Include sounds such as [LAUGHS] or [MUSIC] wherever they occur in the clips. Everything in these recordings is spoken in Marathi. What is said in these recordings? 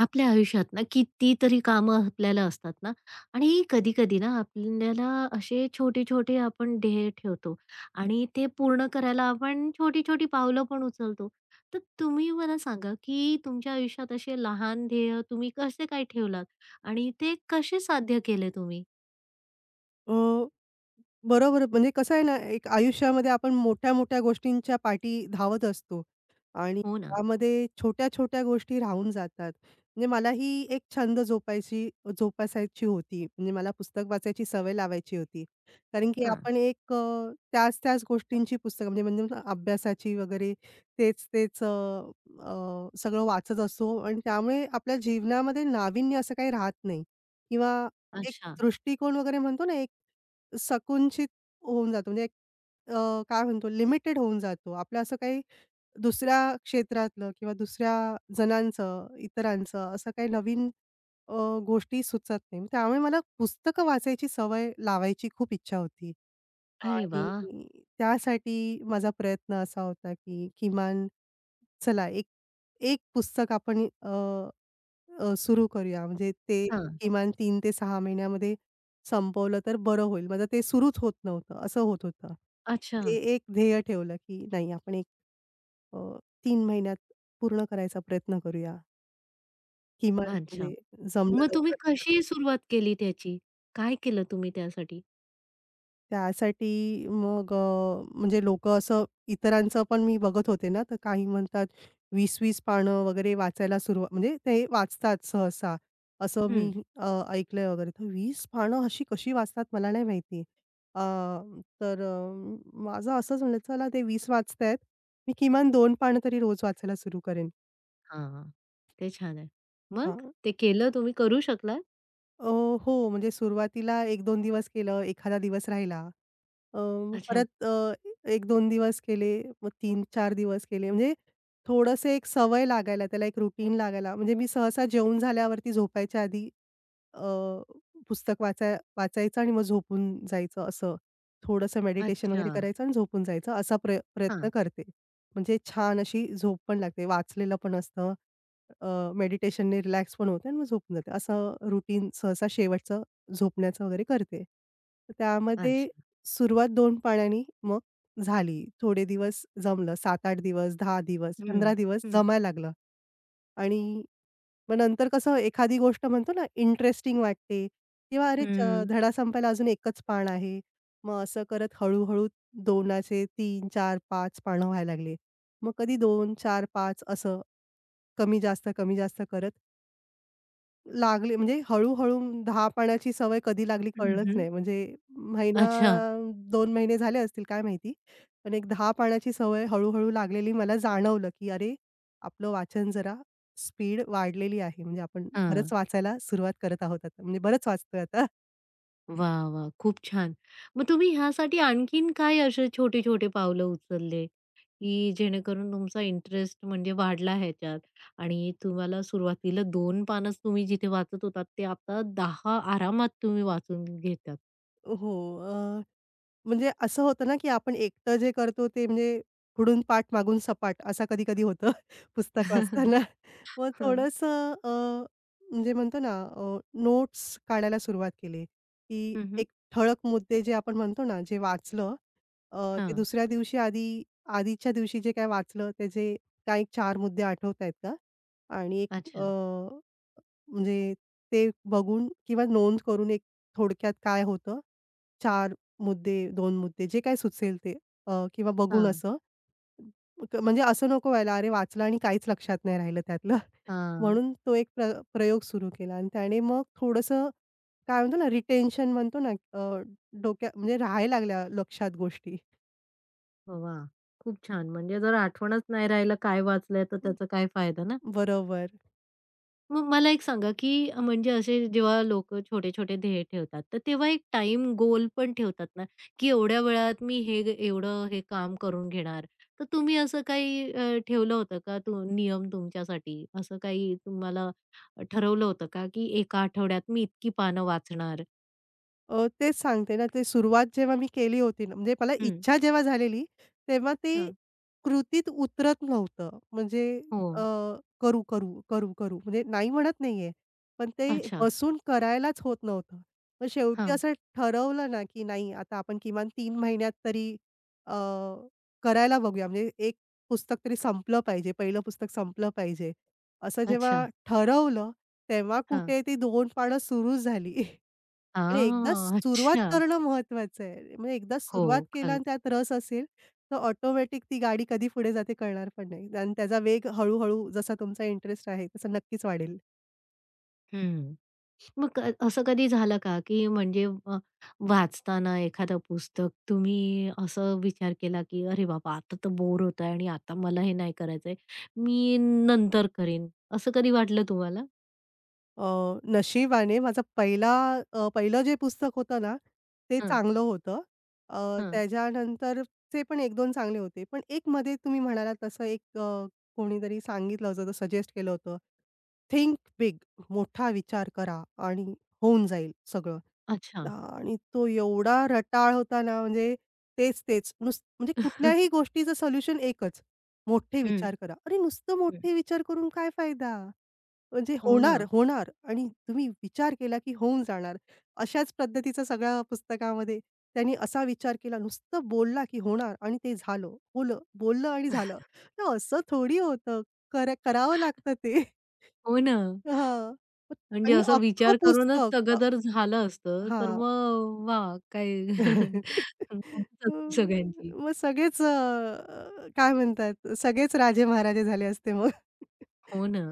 आपल्या आयुष्यात ना कितीतरी कामं आपल्याला असतात ना आणि कधी-कधी ना आपल्याला असे छोटे-छोटे आपण ध्येय ठेवतो आणि ते पूर्ण करायला आपण छोटी-छोटी पावलं पण उचलतो. तर तुम्ही मला सांगा, की तुमच्या आयुष्यात असे लहान ध्येय तुम्ही कसे काय ठेवलात आणि ते कसे साध्य केले तुम्ही? अ, बरोबर म्हणजे कसं आहे ना, एक आयुष्यामध्ये आपण मोठ्या-मोठ्या गोष्टींच्या पाठी धावत असतो आणि हो ना. त्यामध्ये छोट्या-छोट्या गोष्टी राहून जातात. म्हणजे मलाही एक छंद जोपासायची होती. म्हणजे मला पुस्तक वाचायची सवय लावायची होती. कारण की हां. आपण एक त्याच-त्याच गोष्टींची पुस्तकं म्हणजे म्हणजे अभ्यासाची वगैरे तेच-तेच अ, सगळं वाचत असतो आणि त्यामुळे आपल्या जीवनामध्ये नाविन्य असं काही राहत नाही किंवा एक अच्छा. दृष्टिकोन वगैरे म्हणतो ना एक संकुचित होऊन जातो. म्हणजे एक काय म्हणतो लिमिटेड होऊन जातो. आपलं असं काही दुसऱ्या क्षेत्रातलं किंवा दुसऱ्या जणांचं, इतरांचं असं काही नवीन अ, गोष्टी सुचत नाही. त्यामुळे मला पुस्तकं वाचायची सवय लावायची खूप इच्छा होती अरे आणि वाह! त्यासाठी माझा प्रयत्न असा होता, की किमान चला एक एक पुस्तक आपण अ अ, सुरू करूया. म्हणजे ते हां. किमान तीन ते सहा महिन्यामध्ये संपवलं तर बरं होईल. माझं ते सुरूच होत नव्हतं, असं होत होतं. अच्छा, ते एक ध्येय ठेवलं, की नाही आपण एक अ, 3 महिन्यात पूर्ण करायचा प्रयत्न करूया. किमान अच्छा. म्हणजे जमलं मग तुम्ही लवकरात लवकर. कशी सुरुवात केली त्याची? काय केलं तुम्ही त्यासाठी? त्यासाठी मग म्हणजे लोकं असं इतरांचं पण मी बघत होते ना, तर काही म्हणतात वीस वीस पानं वगैरे वाचायला सुरुवात म्हणजे ते वाचतात सहसा. असं मी ऐकलंय वगैरे. तर 20 पानं अशी कशी वाचतात मला नाही माहिती. अ, माझं असंच म्हणलं, चला ते वीस वाचतायत, मी किमान 2 पानं तरी रोज वाचायला सुरू करेन. हां, ते छान आहे. मग हां. ते केलं तुम्ही करू शकला? अ, हो, म्हणजे सुरुवातीला 1-2 दिवस केलं, एखादा दिवस राहिला. अ, मग अच्छा. परत अ, 1-2 दिवस केले, मग तीन चार दिवस केले. म्हणजे थोडंसं एक सवय लागायला, त्याला एक रुटीन लागायला. म्हणजे मी सहसा जेवून झाल्यावरती झोपायच्या आधी अ, पुस्तक वाचायचं आणि मग झोपून जायचं असं. थोडंसं मेडिटेशन अच्छा. वगैरे करायचं आणि झोपून जायचं असा प्रय हां, प्रयत्न करते. म्हणजे छान अशी झोप पण लागते. वाचलेलं पण असतं. मेडिटेशनने रिलॅक्स पण होते आणि मग झोपून जाते. असं रुटीन सहसा शेवटचं झोपण्याचं वगैरे करते. तर त्यामध्ये अच्छा. सुरुवात 2 पाण्यानी मग झाली. थोडे दिवस जमलं. 7-8 दिवस, 10 दिवस, हं, 15 दिवस हं, जमायला लागलं आणि मग नंतर कसं एखादी गोष्ट म्हणतो ना, इंटरेस्टिंग वाटते किंवा अरे च हं, धडा संपायला अजून एकच पान आहे. मग असं करत हळू-हळू 2चे 3, 4, 5 पानं व्हायला लागले. मग कधी दोन, चार, पाच असं कमी-जास्त, कमी-जास्त करत लागली म्हणजे हळू-हळू 10 सवय कधी लागली हं, कळलंच हं. नाही. म्हणजे महिना अच्छा. 2 महिने झाले असतील काय माहिती. पण एक 10 पानाची सवय हळू-हळू लागलेली मला जाणवलं, की अरे, आपलं वाचन जरा स्पीड वाढलेली आहे. म्हणजे आपण हां. बरंच वाचायला सुरुवात करत आहोत आता. म्हणजे बरंच वाचतोय आता. वाह! वाह! खूप छान. मग तुम्ही ह्यासाठी आणखीन काय असे छोटे-छोटे पावलं उचलले, की जेणेकरून तुमचा इंटरेस्ट म्हणजे वाढला ह्याच्यात आणि तुम्हाला सुरुवातीला 2 पानच तुम्ही जिथे वाचत होतात, ते आता 10 आरामात तुम्ही वाचून घेतात. हो. म्हणजे असं होतं ना, की आपण एकटं जे करतो ते म्हणजे पुढून पाठ मागून सपाट असा कधी-कधी होतं [LAUGHS] पुस्तक [LAUGHS] वाचताना. मग हं. थोडंसं म्हणजे म्हणतो ना नोट्स काढायला सुरुवात केली, की हं, हं. एक ठळक मुद्दे जे आपण म्हणतो ना, जे वाचलं ते हां. दुसऱ्या दिवशी आधीच्या दिवशी जे काही वाचलं त्याचे काही 4 मुद्दे आठवतायत का? आणि एक अच्छा. म्हणजे ते बघून किंवा नोंद करून एक थोडक्यात काय होतं, चार मुद्दे, दोन मुद्दे जे काय सुचेल ते किंवा बघून हां, असं म्हणजे असं नको व्हायला, अरे वाचलं आणि काहीच लक्षात नाही राहिलं त्यातलं. [LAUGHS] हां. म्हणून तो एक प्रयोग सुरू केला आणि त्याने मग थोडंसं काय म्हणतो ना, रिटेन्शन म्हणतो ना, डोक्यात म्हणजे राहायला लागल्या लक्षात गोष्टी. वाह! खूप छान. म्हणजे जर आठवणच नाही राहिलं काय वाचलंय, तर हं. त्याचा काय फायदा ना? बरोबर. मग मला एक सांगा, की म्हणजे असे जेव्हा लोक छोटे-छोटे ध्येय ठेवतात, तर तेव्हा एक टाइम गोल पण ठेवतात ना, की एवढ्या वेळात मी हे एवढं हे काम करून घेणार. तर तुम्ही असं काही ठेवलं होतं का तो नियम तुमच्यासाठी? असं काही तुम्हाला ठरवलं होतं का, की एका आठवड्यात मी इतकी पानं वाचणार? तेच सांगते ना, ते सुरुवात जेव्हा मी केली होती ना, म्हणजे मला हं, इच्छा जेव्हा झालेली, तेव्हा ती हां. कृतीत उतरत नव्हतं. म्हणजे अ, हो. करू. म्हणजे नाही म्हणत नाहीये, पण ते अच्छा. बसून करायलाच होत नव्हतं. मग शेवटी हां. असं ठरवलं ना, की नाही आता आपण किमान 3 महिन्यात तरी अ, करायला बघूया. म्हणजे एक पुस्तक तरी संपलं पाहिजे, पहिलं पुस्तक संपलं पाहिजे. असं जेव्हा अच्छा. ठरवलं, तेव्हा हां. कुठे ती 2 पानं सुरू झाली. आणि एकदा हां. सुरुवात अच्छा. करणं महत्वाचं आहे. म्हणजे एकदा हो, सुरुवात केला आणि खरंच. त्यात रस असेल, तर ऑटोमॅटिक ती गाडी कधी पुढे जाते कळणार पण नाही आणि त्याचा वेग हळू-हळू जसा तुमचा इंटरेस्ट आहे, तसा नक्कीच वाढेल. हं. मग असं कधी झालं का, की म्हणजे वाचताना एखादं पुस्तक तुम्ही असं विचार केला, की "अरे बाबा, आता तर बोर होत आहे आणि आता मला हे नाही करायचंय. मी नंतर करीन." असं कधी वाटलं तुम्हाला? अ, नशिबाने पहिलं जे पुस्तक होतं ना, ते हं, चांगलं होतं. अ, हं. त्याच्यानंतरचे पण 1-2 चांगले होते. पण एक मध्ये तुम्ही म्हणालात तसं एक कोणीतरी सांगितलं होतं, सजेस्ट केलं होतं, थिंक बिग मोठा विचार करा आणि होऊन जाईल सगळं. अच्छा. आणि तो एवढा रटाळ होता ना, म्हणजे तेच-तेच नुस म्हणजे कुठल्याही गोष्टीचं सोल्युशन एकच, मोठे हं, विचार करा. अरे, नुसतं हं. मोठे विचार करून काय फायदा? म्हणजे हो ना, होणार, होणार आणि तुम्ही विचार केला की होऊन जाणार. अशाच पद्धतीचा सगळ्या पुस्तकामध्ये त्यांनी असा विचार केला, नुसतं बोलला की होणार आणि ते झालं, होलं, बोललं आणि झालं. तर असं थोडी होतं. करावं लागतं ते. हो ना. हां म्हणजे आणि असा अख्खं विचार करूनच पुस्तक सगळं जर झालं असतं, तर हां. मग वाह! काय [LAUGHS] [LAUGHS] मजाच असती सगळ्यांची. मग सगळेच काय म्हणतात सगळेच राजे महाराजे झाले असते मग. हो ना.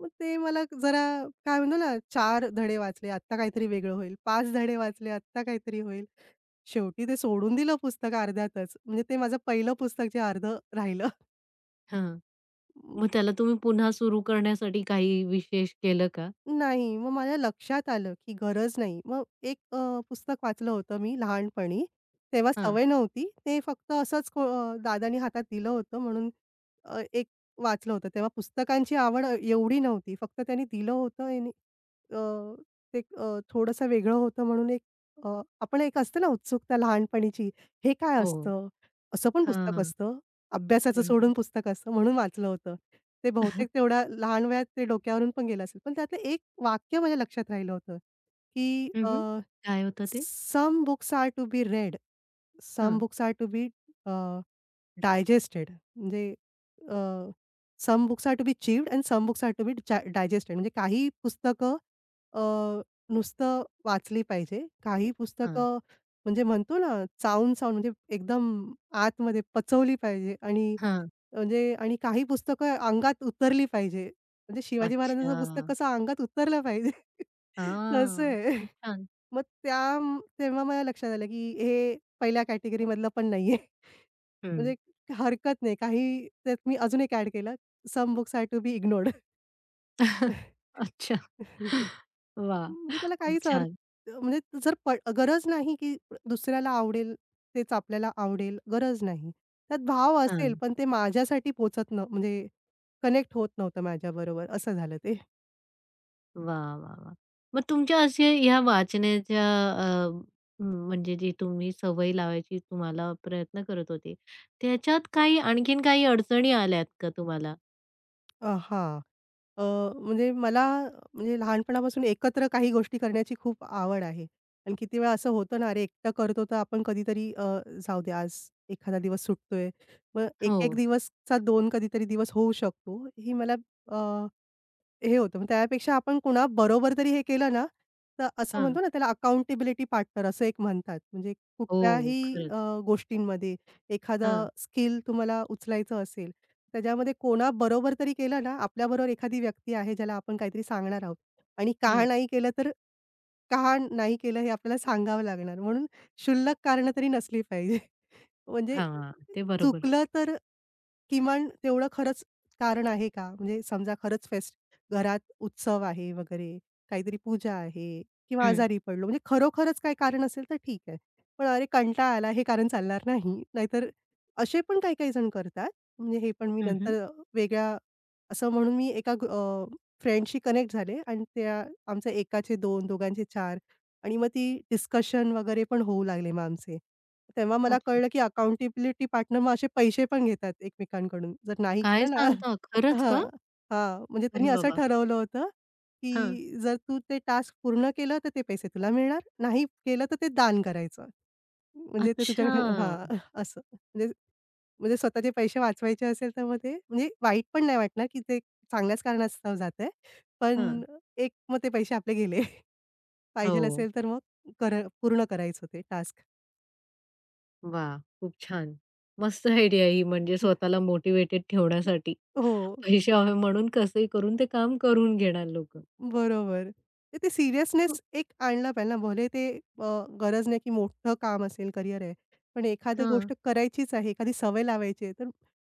मग ते मला जरा काय म्हणतो ना 4 धडे वाचले, आत्ता काहीतरी वेगळं होईल. 5 धडे वाचले, आत्ता काहीतरी होईल. शेवटी ते सोडून दिलं पुस्तक अर्ध्यातच. म्हणजे ते माझं पहिलं पुस्तक जे अर्धं राहिलं. हां. मग त्याला तुम्ही पुन्हा सुरू करण्यासाठी काही विशेष केलं का? नाही. मग माझ्या लक्षात आलं, की गरज नाही. मग एक पुस्तक वाचलं होतं मी लहानपणी. तेव्हा हां. सवय नव्हती. ते फक्त असंच दादांनी हातात दिलं होतं म्हणून एक वाचलं होतं. तेव्हा पुस्तकांची आवड एवढी नव्हती. फक्त त्यांनी दिलं होतं आणि अ, ते थोडंसं वेगळं होतं म्हणून एक आपण एक असतं ना उत्सुकता लहानपणीची, हे काय हो. असतं? असं पण पुस्तक हां. असतं? अभ्यासाचं हं, हं. सोडून पुस्तक असतं म्हणून वाचलं होतं. ते बहुतेक तेवढ्या लहान वयात ते डोक्यावरून पण गेलं असेल. पण त्यातलं एक वाक्य माझ्या लक्षात राहिलं होतं, की हं, हं. काय होतं ते? "Some books are to be read, some हां, books are to be" digested म्हणजे अ, some books are to be chewed and some books are to be digested म्हणजे काही पुस्तकं अ, नुसतं वाचली पाहिजे. काही हां, पुस्तकं म्हणजे म्हणतो ना, चावून-चावून म्हणजे एकदम आतमध्ये पचवली पाहिजे आणि हां. म्हणजे आणि काही पुस्तकं अंगात उतरली पाहिजे. म्हणजे शिवाजी महाराजांचं पुस्तक अच्छा. कसं अंगात उतरलं पाहिजे. [LAUGHS] तसं हां. आहे. खूप छान. मग त्या तेव्हा मला लक्षात आलं, की हे पहिल्या कॅटेगरीमधलं पण नाहीये. [LAUGHS] हं. म्हणजे हरकत नाही. काही त्यात मी अजून एक ॲड केलं, some books are to be ignored. [LAUGHS] [LAUGHS] अच्छा. वाह! म्हणजे त्याला खूप काहीच छान. अर्थ म्हणजे जर प गरज नाही, की दुसऱ्याला आवडेल तेच आपल्याला आवडेल, गरज नाही. त्यात भाव असेल, हां. पण ते माझ्यासाठी पोहचत न म्हणजे कनेक्ट होत नव्हतं माझ्याबरोबर असं झालं ते. वाह! मग तुमच्या असे ह्या वाचण्याच्या अ, म्हणजे जी तुम्ही सवय लावायची तुम्हाला प्रयत्न करत होते, त्याच्यात काही आणखीन काही अडचणी आल्यात का तुम्हाला? हां. अ, म्हणजे मला म्हणजे लहानपणापासून एकत्र काही गोष्टी करण्याची खूप आवड आहे आणि किती वेळा असं होतं ना, अरे एकटं करतो तर आपण कधीतरी जाऊ दे आज एखादा दिवस सुटतोय. मग हो. एक-एक दिवसचा 2 कधीतरी दिवस होऊ शकतो. ही मला हे होतं. मग त्यापेक्षा आपण कुणाबरोबर तरी हे केलं ना, तर असं हां. म्हणतो ना, त्याला अकाउंटेबिलिटी पार्टनर असं एक म्हणतात. म्हणजे हो, कुठल्याही खरंच. गोष्टींमध्ये एखादा हां. स्किल तुम्हाला उचलायचं असेल, त्याच्यामध्ये कोणाबरोबर तरी केलं ना, आपल्याबरोबर एखादी व्यक्ती आहे ज्याला आपण काहीतरी सांगणार आहोत आणि का हं. नाही केलं तर का नाही केलं हे आपल्याला सांगावं लागणार. म्हणून क्षुल्लक कारणं तरी नसली पाहिजे. म्हणजे हां, ते बरोबर. चुकलं तर किमान तेवढं खरंच कारण आहे का? म्हणजे समजा खरंच घरात उत्सव आहे वगैरे, काहीतरी पूजा आहे किंवा हं. आजारी पडलो, म्हणजे खरोखरच काही कारण असेल तर ठीक आहे. पण अरे कंटाळा आला हे कारण चालणार नाही. नाहीतर असे पण काही काही जण करतात. म्हणजे हे पण मी हं, हं. नंतर वेगळ्या असं म्हणून मी एका फ्रेंडशी कनेक्ट झाले आणि आमच्या एकाचे 2, दोघांचे 4 आणि मग ती डिस्कशन वगैरे पण होऊ लागले मग आमचे. तेव्हा मला अच्छा. कळलं, की अकाउंटेबिलिटी पार्टनर मग असे पैसे पण घेतात एकमेकांकडून. जर नाही काय केलं ना [LAUGHS] सांगता? खरंच हां, का? हां. म्हणजे अरे त्यांनी असं बाबा! ठरवलं होतं, की हां. जर तू ते टास्क पूर्ण केलं, तर ते पैसे तुला मिळणार. नाही केलं, तर ते दान करायचं. म्हणजे ते अच्छा. तुझ्याकडे हां, असं म्हणजे म्हणजे स्वतःचे पैसे वाचवायचे असेल तर मग ते म्हणजे वाईट पण नाही वाटणार, की ते चांगल्याच कारणास्तव जातंय. पण हां. एक मग ते पैसे आपले गेले. [LAUGHS] पाहिजेल हो. असेल तर मग कर पूर्ण करायचं ते टास्क. वाह! खूप छान. मस्त आयडिया आहे ही म्हणजे स्वतःला मोटिव्हेटेड ठेवण्यासाठी. हो, पैसे हवे म्हणून कसंही करून ते काम करून घेणार लोकं. बरोबर. तर ते हं. सीरियसनेस एक आणला पाहिजे ना. भले ते अ, गरज नाही की मोठं काम असेल, करियर आहे. पण एखादी हां. गोष्ट करायचीच आहे, एखादी सवय लावायची आहे, तर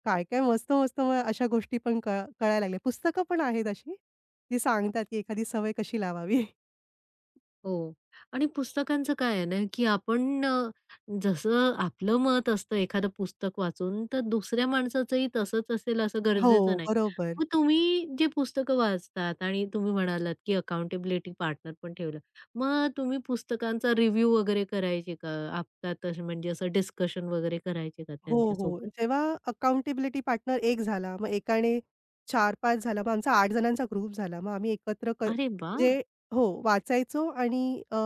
काय-काय मस्त-मस्त मग अशा गोष्टी पण कळायला लागल्या. पुस्तकं पण आहेत अशी, जी सांगतात की एखादी सवय कशी लावावी. हो. आणि पुस्तकांचं काय आहे ना, की आपण जसं आपलं मत असतं एखादं पुस्तक वाचून, तर दुसऱ्या माणसाचंही तसंच असेल असं हो, गरजेचं नाही. बरोबर. मग तुम्ही जे पुस्तकं वाचतात आणि तुम्ही म्हणालात, की अकाउंटेबिलिटी पार्टनर पण ठेवलं. मग तुम्ही पुस्तकांचा रिव्ह्यू वगैरे करायचे का? आपसात असं म्हणजे असं डिस्कशन वगैरे करायचे का हो, हो. त्यांच्यासोबत? जेव्हा अकाउंटेबिलिटी पार्टनर एक झाला, मग एकाने 4-5 झाला, मग आमचा 8 जणांचा ग्रुप झाला. मग आम्ही एकत्र अरे वाह! म्हणजे हो, वाचायचो आणि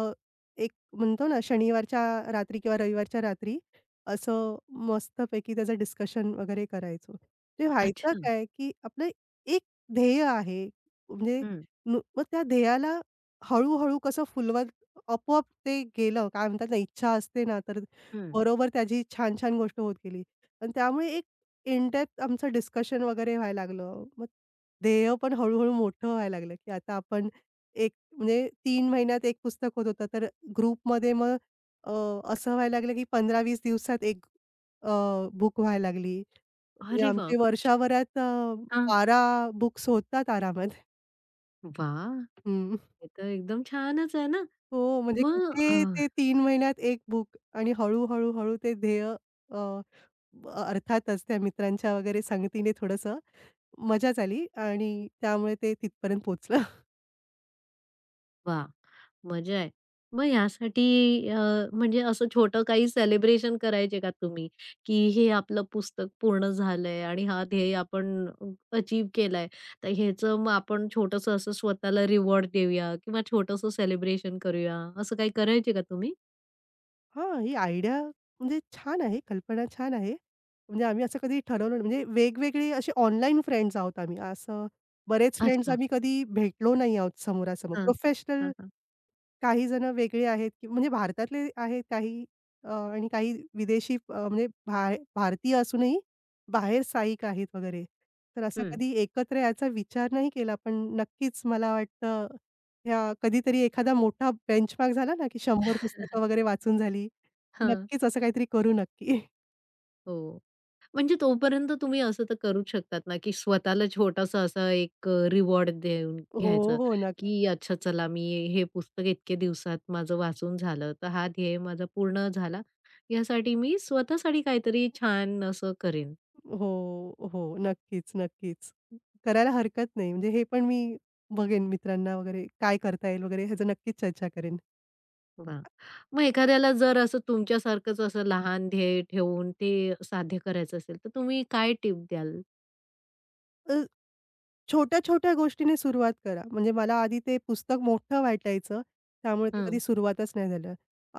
एक म्हणतो ना शनिवारच्या रात्री किंवा रविवारच्या रात्री असं मस्तपैकी त्याचं डिस्कशन वगैरे करायचो. ते व्हायचं अच्छा. काय, की आपलं एक ध्येय आहे म्हणजे हं, मग त्या ध्येयाला हळू कसं फुलवत आपोआप ते गेलं. काय म्हणतात ना, इच्छा असते ना तर हं. बरोबर त्याची छान-छान गोष्ट होत गेली. आणि त्यामुळे एक इन डेप्थ आमचं डिस्कशन वगैरे व्हायला लागलं. मग ध्येय पण हळू-हळू मोठं व्हायला लागलं, की आता आपण एक म्हणजे 3 महिन्यात एक पुस्तक होत होतं, तर ग्रुपमध्ये मग अ, असं व्हायला लागलं, की 15-20 दिवसात एक अ, बुक व्हायला लागली. म्हणजे अरे वाह! आमचे खूप छान. वर्षभरात हां. 12 बुक्स होतात आरामात. वाह! हं. हे तर एकदम छानच आहे ना. हो, म्हणजे मग कुठे ते 3 महिन्यात एक बुक आणि हळू-हळू-हळू ते ध्येय अर्थातच त्या मित्रांच्या वगैरे संगतीने थोडंसं मजा झाली आणि त्यामुळे ते तिथपर्यंत पोहोचलं. [LAUGHS] वा, मजा आहे. मग यासाठी अ, म्हणजे असं छोटं काही सेलिब्रेशन करायचे का तुम्ही, की हे आपलं पुस्तक पूर्ण झालंय आणि हा ध्येय आपण अचीव्ह केलाय. तर ह्याचं मग आपण छोटंसं असं स्वतःला रिवॉर्ड देऊया किंवा छोटंसं सेलिब्रेशन करूया, असं काही करायचे का तुम्ही? हां, ही आयडिया म्हणजे छान आहे, कल्पना छान आहे. म्हणजे आम्ही असं कधी ठरवलं नाही. म्हणजे वेगवेगळे असे ऑनलाईन फ्रेंड्स आहोत आम्ही. असं बरेच फ्रेंड्स अच्छा. आम्ही कधी भेटलो नाही आहोत समोरासमोर. हां. प्रोफेशनल हां, हां. काही जण वेगळे आहेत की म्हणजे भारतातले आहेत काही आणि काही विदेशी म्हणजे भारतीय असूनही बाहेर स्थायिक आहेत वगैरे. तर असा हं. कधी एकत्र याचा विचार नाही केला, पण नक्कीच मला वाटतं ह्या कधीतरी एखादा मोठा बेंचमार्क झाला ना, की 100 हां. पुस्तकं [LAUGHS] वगैरे वाचून झाली, नक्कीच असं काहीतरी करू नक्की. हो. म्हणजे तोपर्यंत तुम्ही असं तर करूच शकतात ना, की स्वतःला छोटासा असा एक रिवॉर्ड देऊन हो, घ्यायचं, हो. की नक्की. अच्छा चला मी हे पुस्तक इतके दिवसात माझं वाचून झालं, तर हा ध्येय माझा पूर्ण झाला. यासाठी मी स्वतःसाठी काहीतरी छान असं करेन. हो, हो. नक्कीच, नक्कीच. करायला हरकत नाही. म्हणजे हे पण मी बघेन मित्रांना वगैरे काय करता येईल वगैरे ह्याचं नक्कीच चर्चा करेन. वाह! मग एखाद्याला जर असं तुमच्यासारखंच असं लहान ध्येय ठेवून ते साध्य करायचं असेल, तर तुम्ही काय टिप द्याल? अ, छोट्या-छोट्या गोष्टीने सुरुवात करा. म्हणजे मला आधी ते पुस्तक मोठं वाटायचं, त्यामुळे ते हं. कधी सुरुवातच नाही झालं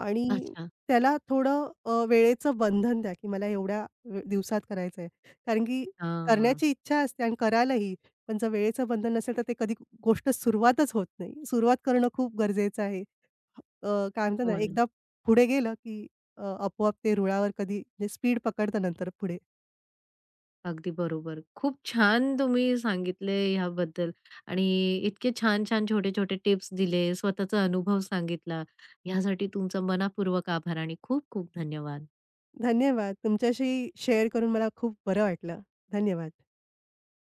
आणि अच्छा. त्याला थोडं वेळेचं बंधन द्या, की मला एवढ्या दिवसात करायचं आहे. कारण की हां. करण्याची इच्छा असते आणि करायलाही, पण जर वेळेचं बंधन नसेल, तर ते कधी गोष्ट सुरुवातच होत नाही. सुरुवात करणं खूप गरजेचं आहे. अ, काय म्हणतात ना, हो ना. एकदा पुढे गेलं, की आपोआप ते रुळावर कधी म्हणजे स्पीड पकडतं नंतर पुढे. अगदी बरोबर. खूप छान तुम्ही सांगितले ह्याबद्दल आणि इतके छान-छान, छोटे-छोटे टिप्स दिले, स्वतःचा अनुभव सांगितला. ह्यासाठी तुमचा मनःपूर्वक आभार आणि खूप-खूप धन्यवाद. धन्यवाद. तुमच्याशी शेअर करून मला खूप बरं वाटलं. धन्यवाद.